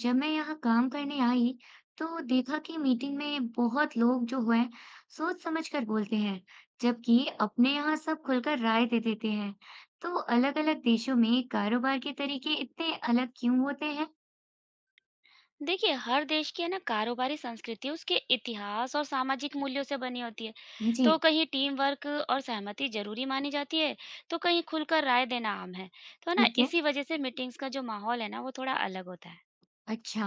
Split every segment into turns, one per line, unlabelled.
जब मैं यहाँ काम करने आई तो देखा कि मीटिंग में बहुत लोग जो हुए सोच समझ कर बोलते हैं। जबकि अपने यहाँ सब खुलकर राय दे देते हैं, तो अलग अलग देशों में कारोबार के तरीके इतने अलग क्यों होते हैं?
देखिए हर देश की है ना कारोबारी संस्कृति उसके इतिहास और सामाजिक मूल्यों से बनी होती है।
जी।
तो कहीं टीम वर्क और सहमति जरूरी मानी जाती है, तो कहीं खुलकर राय देना आम है। तो है ना
ठीक है।
इसी वजह से मीटिंग्स का जो माहौल है ना वो थोड़ा अलग होता है।
अच्छा,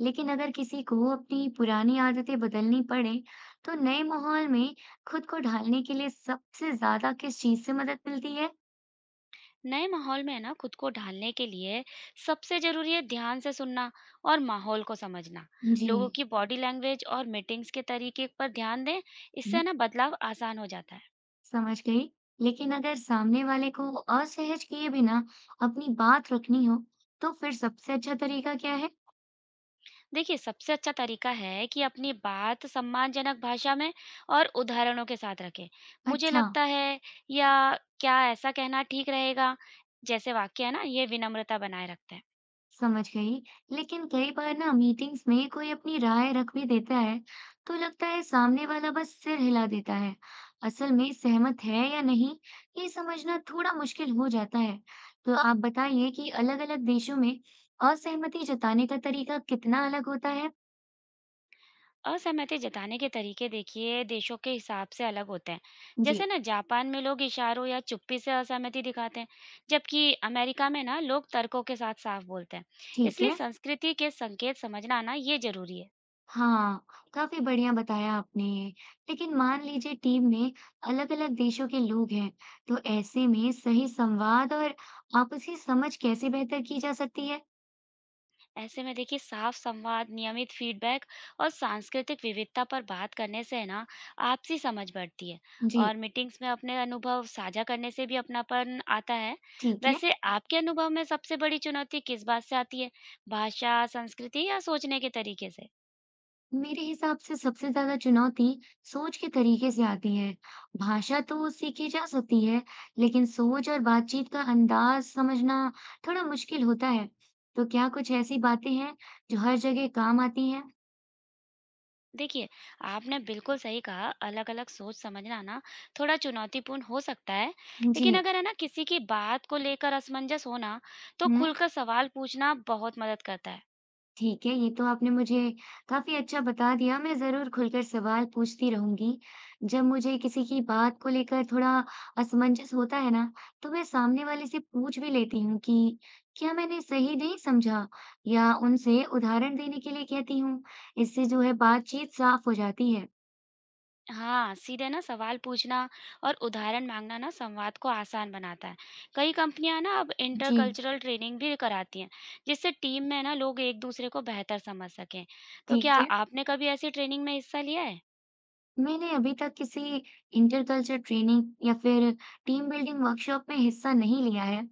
लेकिन अगर किसी को अपनी पुरानी आदतें बदलनी पड़े तो नए माहौल में खुद को ढालने के लिए सबसे ज्यादा किस चीज से मदद मिलती है?
नए माहौल में है ना खुद को ढालने के लिए सबसे जरूरी है ध्यान से सुनना और माहौल को समझना।
जी।
लोगों की बॉडी लैंग्वेज और मीटिंग्स के तरीके पर ध्यान दें। इससे ना बदलाव आसान हो जाता है।
समझ गई। लेकिन अगर सामने वाले को असहज किए बिना अपनी बात रखनी हो, तो फिर सबसे अच्छा तरीका क्या है?
देखिए, सबसे अच्छा तरीका है कि अपनी बात सम्मानजनक भाषा में और उदाहरणों के साथ रखें। मुझे
अच्छा।
लगता है, या क्या ऐसा कहना ठीक रहेगा? जैसे वाक्य है ना, ये विनम्रता बनाए रखते हैं।
समझ गई। लेकिन कई बार ना मीटिंग्स में कोई अपनी राय रख भी देता है, तो लगता है सामने वाला बस सिर हिला देता है। असल में सहमत है या नहीं, ये समझना थोड़ा मुश्किल हो जाता है। तो आप बताइए कि अलग-अलग देशों में असहमति जताने का तरीका कितना अलग होता है?
असहमति जताने के तरीके देखिए देशों के हिसाब से अलग होते हैं। जैसे
जी।
ना जापान में लोग इशारों या चुप्पी से असहमति दिखाते हैं, जबकि अमेरिका में ना लोग तर्कों के साथ साफ बोलते हैं।
ठीक
इसलिए
है।
संस्कृति के संकेत समझना ना ये ज़रूरी है।
हाँ, काफ़ी बढ़िया बताया आपने ये। लेकिन मान लीजिए टीम में अलग-अलग देशों के लोग हैं, तो ऐसे में सही संवाद और आपसी समझ कैसे बेहतर की जा सकती है?
ऐसे में देखिए साफ संवाद, नियमित फीडबैक और सांस्कृतिक विविधता पर बात करने से है ना आपसी समझ बढ़ती है,
जी।
और मीटिंग्स में अपने अनुभव साझा करने से भी अपनापन आता है।
ठीक है।
वैसे आपके अनुभव में सबसे बड़ी चुनौती किस बात से आती है? भाषा, संस्कृति या सोचने के तरीके से?
मेरे हिसाब से सबसे ज़्यादा चुनौती सोच के तरीके से आती है। भाषा तो सीखी जा सकती है, लेकिन सोच और बातचीत का अंदाज समझना थोड़ा मुश्किल होता है। तो क्या कुछ ऐसी बातें हैं जो हर जगह काम आती हैं?
देखिए आपने बिल्कुल सही कहा, अलग-अलग सोच समझना ना थोड़ा चुनौतीपूर्ण हो सकता है।
जी।
लेकिन अगर है ना किसी की बात को लेकर असमंजस होना, तो
हुँ।
खुलकर सवाल पूछना बहुत मदद करता है।
ठीक है, ये तो आपने मुझे काफ़ी अच्छा बता दिया, मैं ज़रूर खुलकर सवाल पूछती रहूँगी। जब मुझे किसी की बात को लेकर थोड़ा असमंजस होता है ना, तो मैं सामने वाले से पूछ भी लेती हूँ कि क्या मैंने सही नहीं समझा, या उनसे उदाहरण देने के लिए कहती हूँ। इससे जो है बातचीत साफ़ हो जाती है।
हाँ, सीधे ना सवाल पूछना और उदाहरण मांगना ना संवाद को आसान बनाता है। कई कंपनियां ना अब
जी।
इंटरकल्चरल ट्रेनिंग भी कराती हैं, जिससे टीम में ना लोग एक दूसरे को बेहतर समझ सकें। तो क्या
ठीक है।
आपने कभी ऐसी ट्रेनिंग में हिस्सा लिया है?
मैंने अभी तक किसी इंटरकल्चर ट्रेनिंग या फिर टीम बिल्डिंग वर्कशॉप में हिस्सा नहीं लिया है।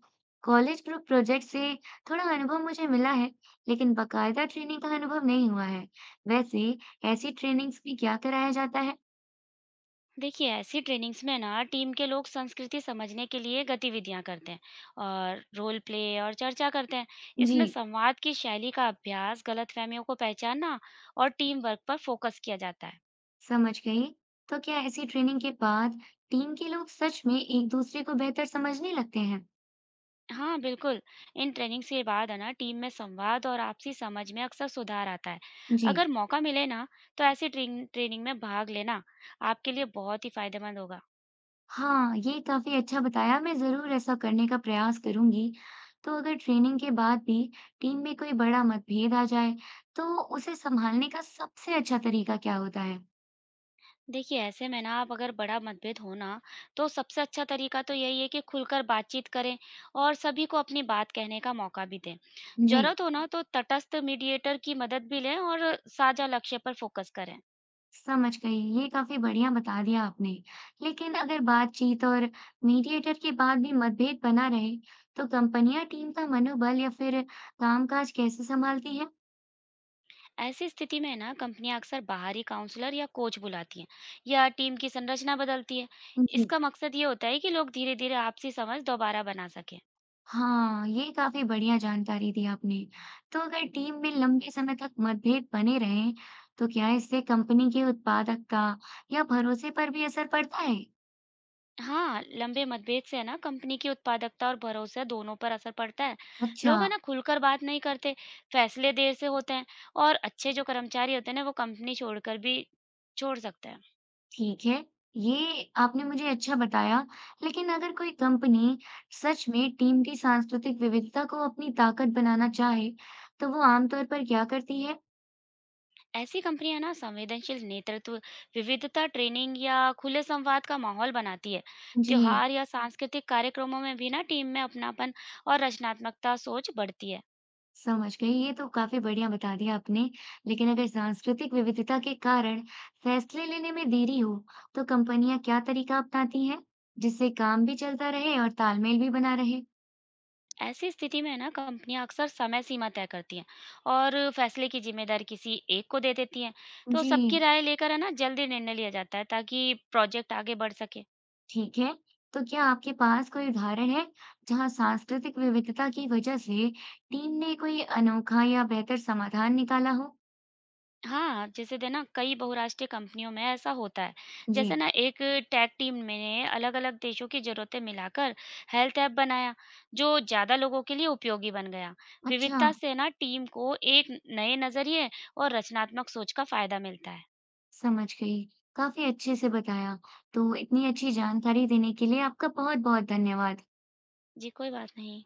कॉलेज ग्रुप प्रोजेक्ट से थोड़ा अनुभव मुझे मिला है, लेकिन बकायदा ट्रेनिंग का अनुभव नहीं हुआ है। वैसे, ऐसी ट्रेनिंग्स में क्या कराया जाता है?
देखिए, ऐसी ट्रेनिंग्स में ना टीम के लोग संस्कृति समझने के लिए गतिविधियां करते हैं और रोल प्ले और चर्चा करते हैं। इसमें
जी।
संवाद की शैली का अभ्यास, गलतफहमियों को पहचानना और टीम वर्क पर फोकस किया जाता है।
समझ गई। तो क्या ऐसी ट्रेनिंग के बाद टीम के लोग सच में एक दूसरे को बेहतर समझने लगते हैं?
हाँ, बिल्कुल। इन ट्रेनिंग्स के बाद है ना टीम में संवाद और आपसी समझ में अक्सर सुधार आता है।
जी।
अगर मौका मिले ना तो ऐसी ट्रेनिंग में भाग लेना आपके लिए बहुत ही फ़ायदेमंद होगा।
हाँ, ये काफ़ी अच्छा बताया, मैं ज़रूर ऐसा करने का प्रयास करूँगी। तो अगर ट्रेनिंग के बाद भी टीम में कोई बड़ा मतभेद आ जाए, तो उसे सँभालने का सबसे अच्छा तरीका क्या होता है?
देखिए ऐसे में ना आप अगर बड़ा मतभेद हो ना, तो सबसे अच्छा तरीका तो यही है कि खुलकर बातचीत करें और सभी को अपनी बात कहने का मौका भी दें।
जी।
ज़रूरत हो ना तो तटस्थ मीडिएटर की मदद भी लें और साझा लक्ष्य पर फ़ोकस करें।
समझ गई, ये काफ़ी बढ़िया बता दिया आपने। लेकिन अगर बातचीत और मीडिएटर के बाद भी मतभेद बना रहे, तो कंपनियाँ टीम का मनोबल या फिर कामकाज कैसे सँभालती हैं?
ऐसी स्थिति में ना कंपनियां अक्सर बाहरी काउंसलर या कोच बुलाती हैं या टीम की संरचना बदलती है।
जी।
इसका मकसद ये होता है कि लोग धीरे धीरे आपसी समझ दोबारा बना सकें।
हाँ, ये काफ़ी बढ़िया जानकारी दी आपने। तो अगर टीम में लंबे समय तक मतभेद बने रहें, तो क्या इससे कंपनी की उत्पादकता या भरोसे पर भी असर पड़ता है?
हाँ, लंबे मतभेद से है ना कंपनी की उत्पादकता और भरोसा दोनों पर असर पड़ता है।
अच्छा।
लोग है ना खुलकर बात नहीं करते, फैसले देर से होते हैं, और अच्छे जो कर्मचारी होते हैं ना वो कंपनी छोड़कर भी छोड़ सकते हैं।
ठीक है। ये आपने मुझे अच्छा बताया, लेकिन अगर कोई कंपनी सच में टीम की सांस्कृतिक विविधता को अपनी ताकत बनाना चाहे, तो वो आमतौर पर क्या करती है?
ऐसी कंपनियां ना संवेदनशील नेतृत्व, विविधता ट्रेनिंग या खुले संवाद का माहौल बनाती है।
जी।
त्योहार या सांस्कृतिक कार्यक्रमों में भी ना टीम में अपनापन और रचनात्मकता सोच बढ़ती है।
समझ गई, ये तो काफी बढ़िया बता दिया आपने। लेकिन अगर सांस्कृतिक विविधता के कारण फैसले लेने में देरी हो, तो कंपनियां क्या तरीका अपनाती हैं जिससे काम भी चलता रहे और तालमेल भी बना रहे?
ऐसी स्थिति में ना कंपनियां अक्सर समय सीमा तय करती हैं और फैसले की जिम्मेदारी किसी एक को दे देती हैं। तो सबकी
जी।
राय लेकर है ना जल्दी निर्णय लिया जाता है ताकि प्रोजेक्ट आगे बढ़ सके।
ठीक है। तो क्या आपके पास कोई उदाहरण है जहां सांस्कृतिक विविधता की वजह से टीम ने कोई अनोखा या बेहतर समाधान निकाला हो?
हाँ, जैसे दे ना कई बहुराष्ट्रीय कंपनियों में ऐसा होता है।
जी।
जैसे ना एक टैग टीम ने अलग-अलग देशों की ज़रूरतें मिलाकर हेल्थ ऐप बनाया, जो ज़्यादा लोगों के लिए उपयोगी बन गया।
अच्छा।
विविधता से ना टीम को एक नए नज़रिए और रचनात्मक सोच का फ़ायदा मिलता है।
समझ गई, काफी अच्छे से बताया। तो इतनी अच्छी जानकारी देने के लिए आपका बहुत बहुत धन्यवाद।
जी, कोई बात नहीं।